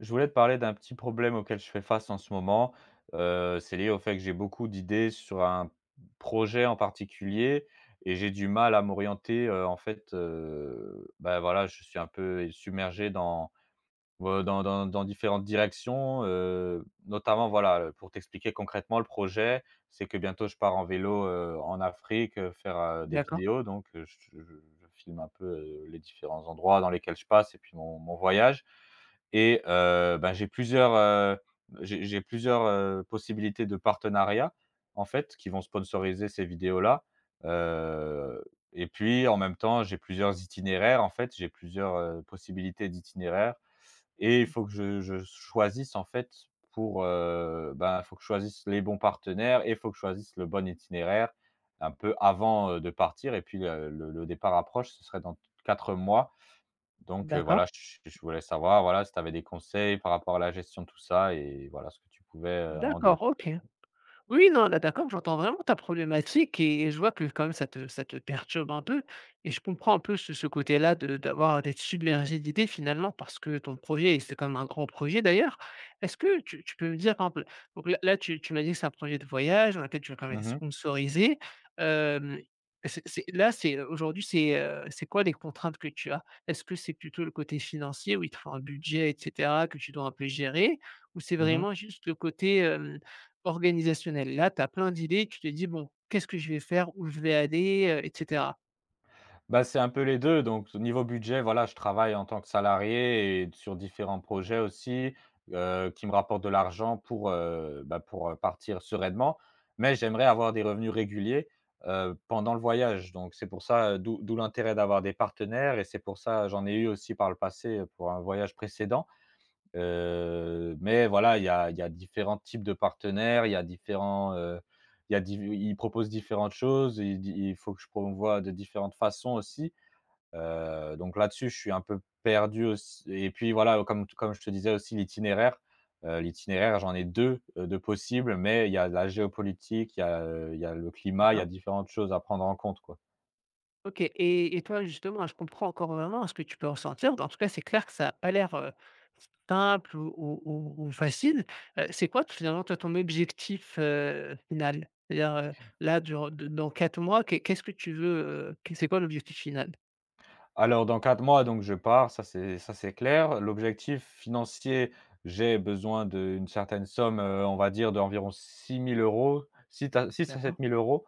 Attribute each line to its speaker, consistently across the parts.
Speaker 1: Je voulais te parler d'un petit problème auquel je fais face en ce moment. C'est lié au fait que j'ai beaucoup d'idées sur un projet en particulier et j'ai du mal à m'orienter, en fait, bah, voilà, je suis un peu submergé dans différentes directions, notamment voilà, pour t'expliquer concrètement le projet, c'est que bientôt je pars en vélo, en Afrique, faire, des
Speaker 2: D'accord,
Speaker 1: vidéos, donc je filme un peu, les différents endroits dans lesquels je passe, et puis mon voyage. Et ben, j'ai plusieurs, possibilités de partenariat, en fait, qui vont sponsoriser ces vidéos-là, heu et puis en même temps, j'ai plusieurs itinéraires, en fait, j'ai plusieurs, possibilités d'itinéraires, et il faut que je choisisse, en fait, pour, ben, il faut que je choisisse les bons partenaires et il faut que je choisisse le bon itinéraire un peu avant, de partir. Et puis le départ approche, ce serait dans 4 mois. Donc,
Speaker 2: d'accord,
Speaker 1: voilà, je voulais savoir, voilà, si tu avais des conseils par rapport à la gestion de tout ça, et voilà ce que tu pouvais, en dire.
Speaker 2: d'accord, OK. Oui, non, là, d'accord, j'entends vraiment ta problématique et je vois que quand même ça te perturbe un peu et je comprends un peu ce côté-là de d'avoir d'être submergé d'idées finalement parce que ton projet et c'est quand même un grand projet d'ailleurs. Est-ce que tu peux me dire, par exemple, donc là, tu m'as dit que c'est un projet de voyage dans lequel tu vas quand même être
Speaker 1: Mmh mh.
Speaker 2: sponsorisé. hem, c'est là, c'est aujourd'hui, c'est quoi les contraintes que tu as? Est-ce que c'est plutôt le côté financier où il te faut un budget et cetera que tu dois un peu gérer? Ou c'est
Speaker 1: Mmh.
Speaker 2: vraiment juste le côté organisationnel? Là, tu as plein d'idées, tu te dis: «Bon, qu'est-ce que je vais faire? Où je vais aller?» Et cetera.
Speaker 1: Bah, c'est un peu les deux. Donc, au niveau budget, voilà, je travaille en tant que salarié et sur différents projets aussi, qui me rapportent de l'argent pour, bah, pour partir sereinement. Mais j'aimerais avoir des revenus réguliers, pendant le voyage. Donc c'est pour ça, d'où l'intérêt d'avoir des partenaires, et c'est pour ça j'en ai eu aussi par le passé, pour un voyage précédent. Mais voilà, il y a différents types de partenaires, il y a différents, il y a div ils proposent différentes choses, ils il faut que je promouvoie de différentes façons aussi. Donc là-dessus, je suis un peu perdu aussi. Et puis voilà, comme je te disais aussi, l'itinéraire, j'en ai deux, de possibles, mais il y a la géopolitique, il y a le climat, il y a
Speaker 2: D'accord.
Speaker 1: différentes choses à prendre en compte, quoi.
Speaker 2: OK, et toi, justement, je comprends encore vraiment ce que tu peux ressentir. En tout cas, c'est clair que ça a pas l'air simple ou facile. C'est quoi, finalement, toi, ton objectif, final? C'est-à-dire, là, durant de dans 4 mois, qu'est-ce que tu veux, qu c'est quoi l'objectif final?
Speaker 1: Alors dans 4 mois, donc je pars, ça c'est clair. L'objectif financier, j'ai besoin d'une certaine somme, on va dire d'environ 6 000 €, 6 à 6 à
Speaker 2: D'accord,
Speaker 1: sept mille euros.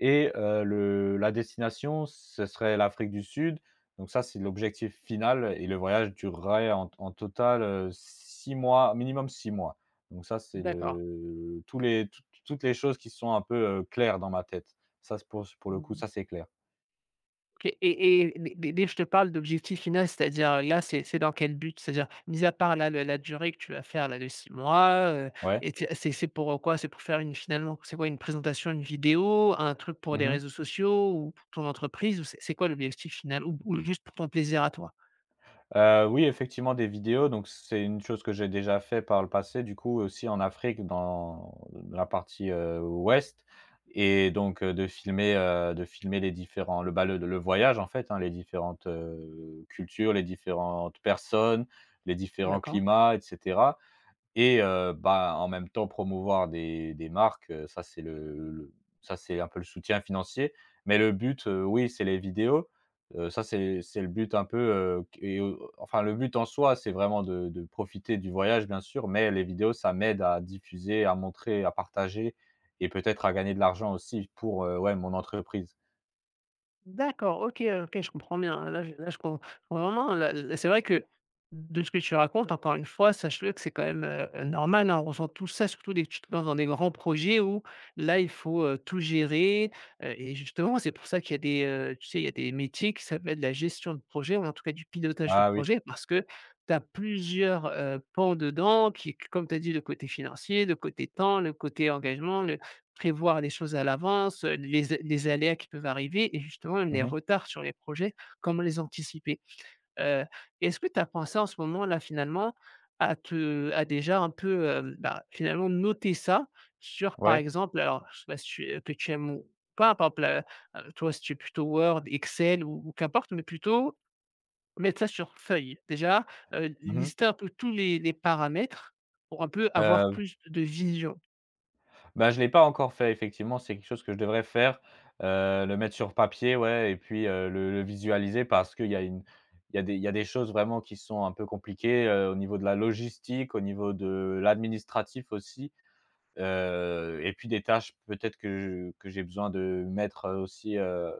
Speaker 1: Et le la destination, ce serait l'Afrique du Sud. Donc ça, c'est l'objectif final, et le voyage durerait en total, 6 mois, minimum 6 mois. Donc ça, c'est
Speaker 2: d'accord.
Speaker 1: le tous les toutes toutes les choses qui sont un peu, claires dans ma tête. Ça, c'est pour le coup,
Speaker 2: Mmh.
Speaker 1: ça c'est clair.
Speaker 2: OK, et et dès que je te parle d'objectif final, c'est-à-dire, là, c'est dans quel but? C'est-à-dire, mis à part là, le la durée que tu vas faire là de 6 mois,
Speaker 1: Ouais.
Speaker 2: et tu c'est pour, quoi? C'est pour faire une, finalement, c'est quoi? Une présentation, une vidéo, un truc pour les
Speaker 1: Mmh.
Speaker 2: réseaux sociaux ou pour ton entreprise, ou c'est quoi l'objectif final? Ou juste pour ton plaisir à toi?
Speaker 1: Oui, effectivement, des vidéos. Donc c'est une chose que j'ai déjà fait par le passé, du coup, aussi en Afrique, dans la partie, ouest. Et donc de filmer bah, le voyage, en fait, hein, les différentes, cultures, les différentes personnes, les différents
Speaker 2: D'accord.
Speaker 1: climats, etc. Et bah, en même temps, promouvoir des marques, ça c'est un peu le soutien financier. Mais le but, oui, c'est les vidéos. Ça c'est le but un peu, enfin le but en soi, c'est vraiment de profiter du voyage, bien sûr, mais les vidéos, ça m'aide à diffuser, à montrer, à partager, et peut-être à gagner de l'argent aussi pour, ouais, mon entreprise.
Speaker 2: D'accord, OK, OK, je comprends bien. Là, je comprends vraiment là. L c'est vrai que, de ce que tu racontes, encore une fois, sache-le que c'est quand même, normal, hein. On ressent tout ça, surtout dès que tu te lances dans des grands projets où là, il faut, tout gérer, et justement, c'est pour ça qu'il y a des, tu sais, il y a des métiers qui s'appellent la gestion de projet ou en tout cas du pilotage de
Speaker 1: Ah oui.
Speaker 2: projet parce que tu as plusieurs, pans dedans qui, comme tu as dit, le côté financier, le côté temps, le côté engagement, prévoir les choses à l'avance, les aléas qui peuvent arriver et justement les
Speaker 1: Mmh.
Speaker 2: retards sur les projets, comment les anticiper? Heu, est-ce que tu as pensé en ce moment-là, finalement, à déjà un peu, bah, finalement noter ça sur, par
Speaker 1: Ouais.
Speaker 2: exemple, alors je sais pas si tu es que tu aimes ou pas, par exemple, toi, si tu es plutôt Word, Excel ou qu'importe, mais plutôt mettre ça sur feuille. Déjà,
Speaker 1: Mmh mh.
Speaker 2: lister un peu tous les paramètres pour un peu avoir plus de vision.
Speaker 1: Bah, je l'ai pas encore fait, effectivement. C'est quelque chose que je devrais faire, le mettre sur papier, ouais, et puis, le visualiser, parce qu'il y a des choses vraiment qui sont un peu compliquées, au niveau de la logistique, au niveau de l'administratif aussi. Et puis, des tâches peut-être que que j'ai besoin de mettre, aussi,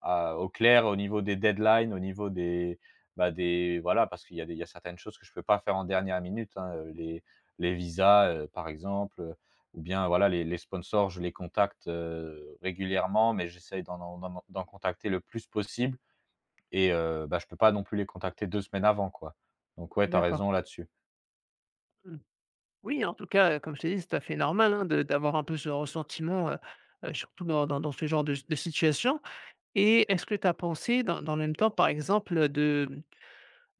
Speaker 1: à au clair, au niveau des deadlines, au niveau des, bah, des, voilà, parce qu'il y a certaines choses que je peux pas faire en dernière minute, hein, les visas, par exemple, ou bien voilà les sponsors, je les contacte, régulièrement, mais j'essaye d'en contacter le plus possible, et bah, je peux pas non plus les contacter 2 semaines avant, quoi. Donc ouais, tu as
Speaker 2: D'accord.
Speaker 1: raison là-dessus.
Speaker 2: Mmh. Oui, en tout cas, comme je t'ai dit, c'est tout à fait normal, hein, de d'avoir un peu ce ressentiment, surtout dans ce genre de situation, et est-ce que tu as pensé dans le même temps, par exemple,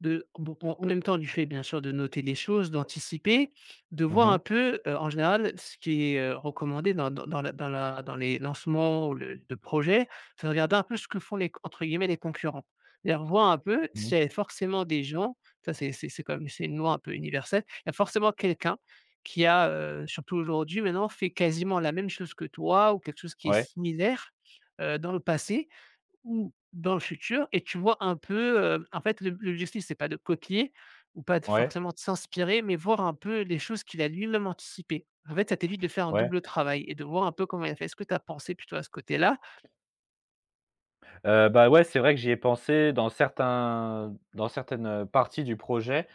Speaker 2: de bon, en même temps du fait, bien sûr, de noter les choses, d'anticiper, de
Speaker 1: Mmh
Speaker 2: voir
Speaker 1: mh.
Speaker 2: un peu, en général, ce qui est, recommandé dans dans dans la dans la dans les lancements ou le de projets, c'est de regarder un peu ce que font, les entre guillemets, «les concurrents». C'est-à-dire, voir un peu
Speaker 1: Mmh.
Speaker 2: s'il y avait forcément des gens, ça c'est comme c'est une loi un peu universelle, il y a forcément quelqu'un qui a, surtout aujourd'hui maintenant, fait quasiment la même chose que toi ou quelque chose qui est
Speaker 1: Ouais,
Speaker 2: similaire, dans le passé ou dans le futur, et tu vois un peu, en fait, le l'objectif, c'est pas de copier ou pas de
Speaker 1: ouais,
Speaker 2: forcément de s'inspirer, mais voir un peu les choses qu'il a lui-même anticipées. En fait, ça t'évite de faire un
Speaker 1: ouais.
Speaker 2: double travail et de voir un peu comment il a fait. Est-ce que tu as pensé plutôt à ce côté-là?
Speaker 1: Bah, ouais, c'est vrai que j'y ai pensé dans certains dans certaines parties du projet.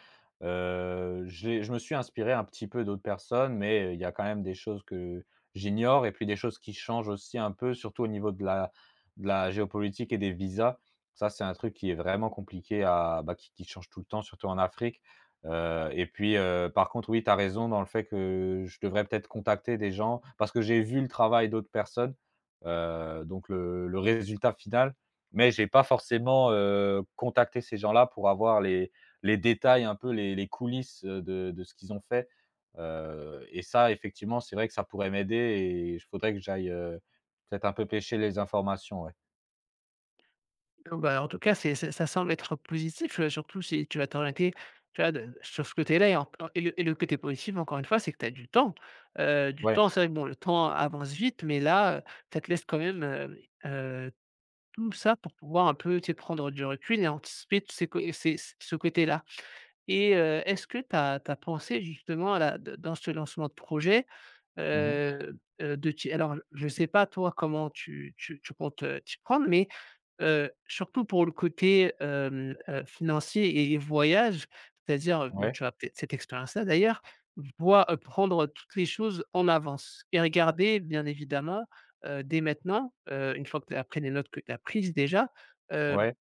Speaker 1: J'ai Je me suis inspiré un petit peu d'autres personnes, mais il y a quand même des choses que j'ignore, et puis des choses qui changent aussi un peu, surtout au niveau de la géopolitique et des visas. Ça, c'est un truc qui est vraiment compliqué à bah, qui change tout le temps, surtout en Afrique. Et puis, par contre, oui, tu as raison dans le fait que je devrais peut-être contacter des gens, parce que j'ai vu le travail d'autres personnes, donc le résultat final, mais j'ai pas forcément contacté ces gens-là pour avoir les, détails, un peu les, coulisses, de, ce qu'ils ont fait. Et ça, effectivement, c'est vrai que ça pourrait m'aider, et il faudrait que j'aille, peut-être, un peu pêcher les informations, ouais.
Speaker 2: Bon, bah, en tout cas, c'est ça semble être positif, surtout si tu vas t'orienter, tu vois, de sur ce côté-là. Et en et le côté positif, encore une fois, c'est que tu as du temps. Du
Speaker 1: Ouais.
Speaker 2: temps, c'est vrai que bon, le temps avance vite, mais là, ça te laisse quand même, heu tout ça pour pouvoir un peu, tu sais, prendre du recul et anticiper tous ces co ces c ce côté-là. Et est-ce que tu as pensé justement à la d dans ce lancement de projet,
Speaker 1: Mmh.
Speaker 2: de t'y alors je ne sais pas toi comment tu comptes, t'y prendre, mais surtout pour le côté, financier et voyage, c'est-à-dire, bon,
Speaker 1: Ouais,
Speaker 2: tu as peut-être cette expérience-là d'ailleurs, voi prendre toutes les choses en avance et regarder bien évidemment, dès maintenant, une fois que tu as, après les notes que tu as prises déjà,
Speaker 1: ouais.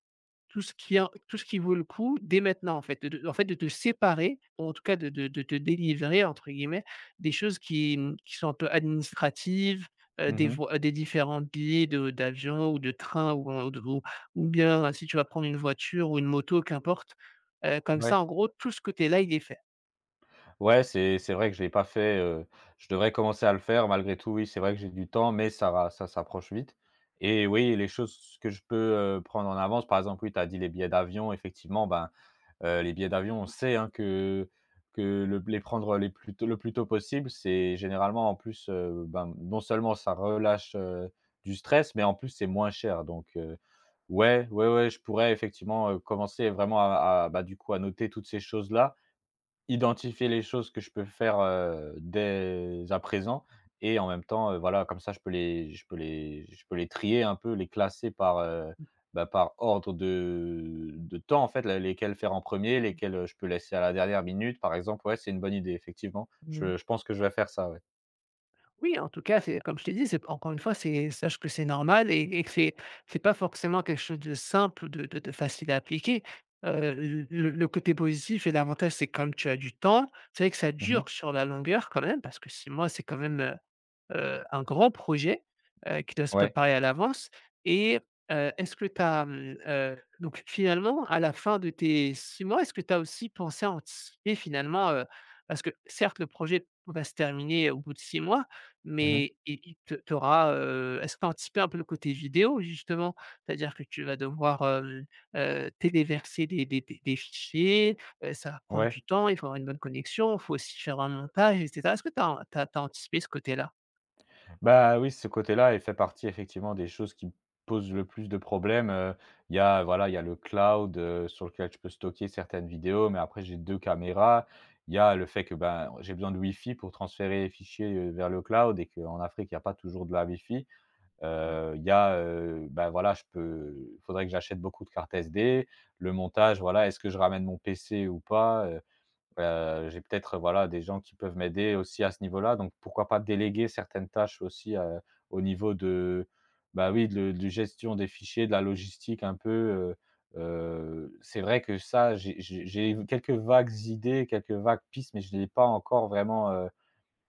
Speaker 2: tout ce qui, vaut le coup dès maintenant, en fait, de te séparer, ou en tout cas de te «délivrer», entre guillemets, des choses qui, mmh, qui sont un peu administratives,
Speaker 1: Mmh.
Speaker 2: des différents billets de d'avion ou de train ou en de ou bien, si tu vas prendre une voiture ou une moto, qu'importe, comme
Speaker 1: Ouais.
Speaker 2: ça, en gros, tout ce côté-là, il est fait.
Speaker 1: Ouais, c'est vrai que je l'ai pas fait. Je devrais commencer à le faire, malgré tout. Oui, c'est vrai que j'ai du temps, mais ça va, ça s'approche vite, et oui, les choses que je peux, prendre en avance, par exemple, oui, tu as dit les billets d'avion, effectivement, ben, les billets d'avion, on sait, hein, que le les prendre les plus tôt le plus tôt possible, c'est généralement, en plus, ben, non seulement ça relâche, du stress, mais en plus, c'est moins cher. Donc ouais, ouais, ouais, je pourrais effectivement, commencer vraiment à bah, du coup, à noter toutes ces choses-là, identifier les choses que je peux faire, dès à présent, et en même temps, voilà, comme ça, je peux les trier un peu, les classer par,
Speaker 2: Mmh.
Speaker 1: bah, par ordre de temps, en fait, la lesquelles faire en premier,
Speaker 2: Mmh.
Speaker 1: lesquels lesquelles je peux laisser à la dernière minute, par exemple. Ouais, c'est une bonne idée, effectivement.
Speaker 2: Mmh.
Speaker 1: Je pense que je vais faire ça, ouais.
Speaker 2: Oui, en tout cas, c'est comme je t'ai dit, c'est, encore une fois, c'est sache que c'est normal, que c'est pas forcément quelque chose de simple, de facile à appliquer. Le côté positif et l'avantage, c'est, comme tu as du temps, c'est vrai que ça
Speaker 1: Mmh.
Speaker 2: dure sur la longueur quand même, parce que 6 mois, c'est quand même, un grand projet, qui doit se
Speaker 1: Ouais.
Speaker 2: préparer à l'avance. Et est-ce que tu as, donc finalement, à la fin de tes 6 mois, est-ce que tu as aussi pensé à anticiper finalement, parce que certes, le projet va se terminer au bout de 6 mois,
Speaker 1: Mmh.
Speaker 2: mais il te tu auras, est-ce que tu as anticipé un peu le côté vidéo justement? C'est-à-dire que tu vas devoir, téléverser des fichiers. Ça va prendre
Speaker 1: Ouais.
Speaker 2: du temps, il faut avoir une bonne connexion, il faut aussi faire un montage et cetera. Est-ce que tu as anticipé ce côté-là?
Speaker 1: Bah, oui, ce côté-là, il fait partie effectivement des choses qui me posent le plus de problèmes. Il y a voilà, il y a le cloud, sur lequel je peux stocker certaines vidéos, mais après, j'ai 2 caméras. Il y a le fait que, ben, j'ai besoin de Wi-Fi pour transférer les fichiers, vers le cloud, et qu'en Afrique, il n'y a pas toujours de la wifi. Il y a, bah, voilà, je peux il faudrait que j'achète beaucoup de cartes SD. Le montage, voilà, est-ce que je ramène mon PC ou pas? J'ai peut-être, voilà, des gens qui peuvent m'aider aussi à ce niveau-là, donc pourquoi pas déléguer certaines tâches aussi, au niveau de, bah, oui, de gestion des fichiers, de la logistique, un peu, c'est vrai que ça, j'ai quelques vagues idées, quelques vagues pistes, mais je ne l'ai pas encore vraiment,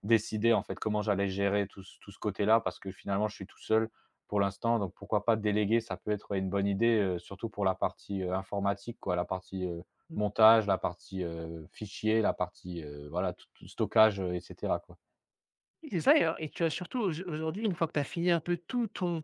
Speaker 1: décider, en fait, comment j'allais gérer tout ce côté-là, parce que finalement, je suis tout seul pour l'instant. Donc pourquoi pas déléguer, ça peut être, ouais, une bonne idée, surtout pour la partie, informatique, quoi, la partie,
Speaker 2: Mmh.
Speaker 1: montage, la partie, fichier, la partie, voilà, tout stockage, et cetera, quoi.
Speaker 2: Oui, c'est ça. Et et tu as surtout aujourd'hui, une fois que tu as fini un peu tout ton,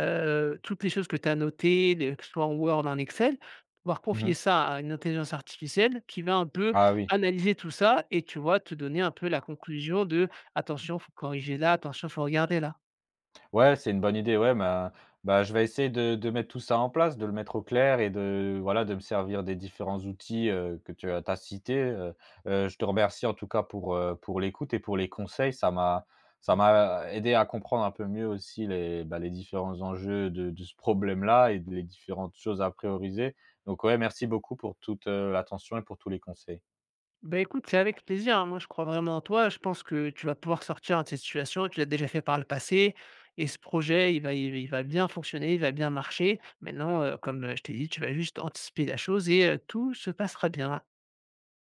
Speaker 2: toutes les choses que tu as notées, les que ce soit en Word, en Excel, pouvoir
Speaker 1: Mmh.
Speaker 2: confier ça à une intelligence artificielle qui va un peu
Speaker 1: Ah oui.
Speaker 2: analyser tout ça et tu vois, te donner un peu la conclusion de, attention, faut corriger là, attention, faut regarder là.
Speaker 1: Ouais, c'est une bonne idée, ouais. Bah, je vais essayer de mettre tout ça en place, de le mettre au clair, et de voilà, de me servir des différents outils, que tu cités. Je te remercie, en tout cas, pour, l'écoute et pour les conseils. Ça
Speaker 2: Mmh.
Speaker 1: m'a aidé à comprendre un peu mieux aussi les, bah, les différents enjeux de ce problème-là, et les différentes choses à prioriser. Donc ouais, merci beaucoup pour toute, l'attention, et pour tous les conseils.
Speaker 2: Bah, écoute, c'est avec plaisir, hein. Moi, je crois vraiment en toi. Je pense que tu vas pouvoir sortir, hein, de cette situation. Tu l'as déjà fait par le passé, et ce projet, il va bien fonctionner, il va bien marcher. Maintenant, comme, je t'ai dit, tu vas juste anticiper la chose et tout se passera bien.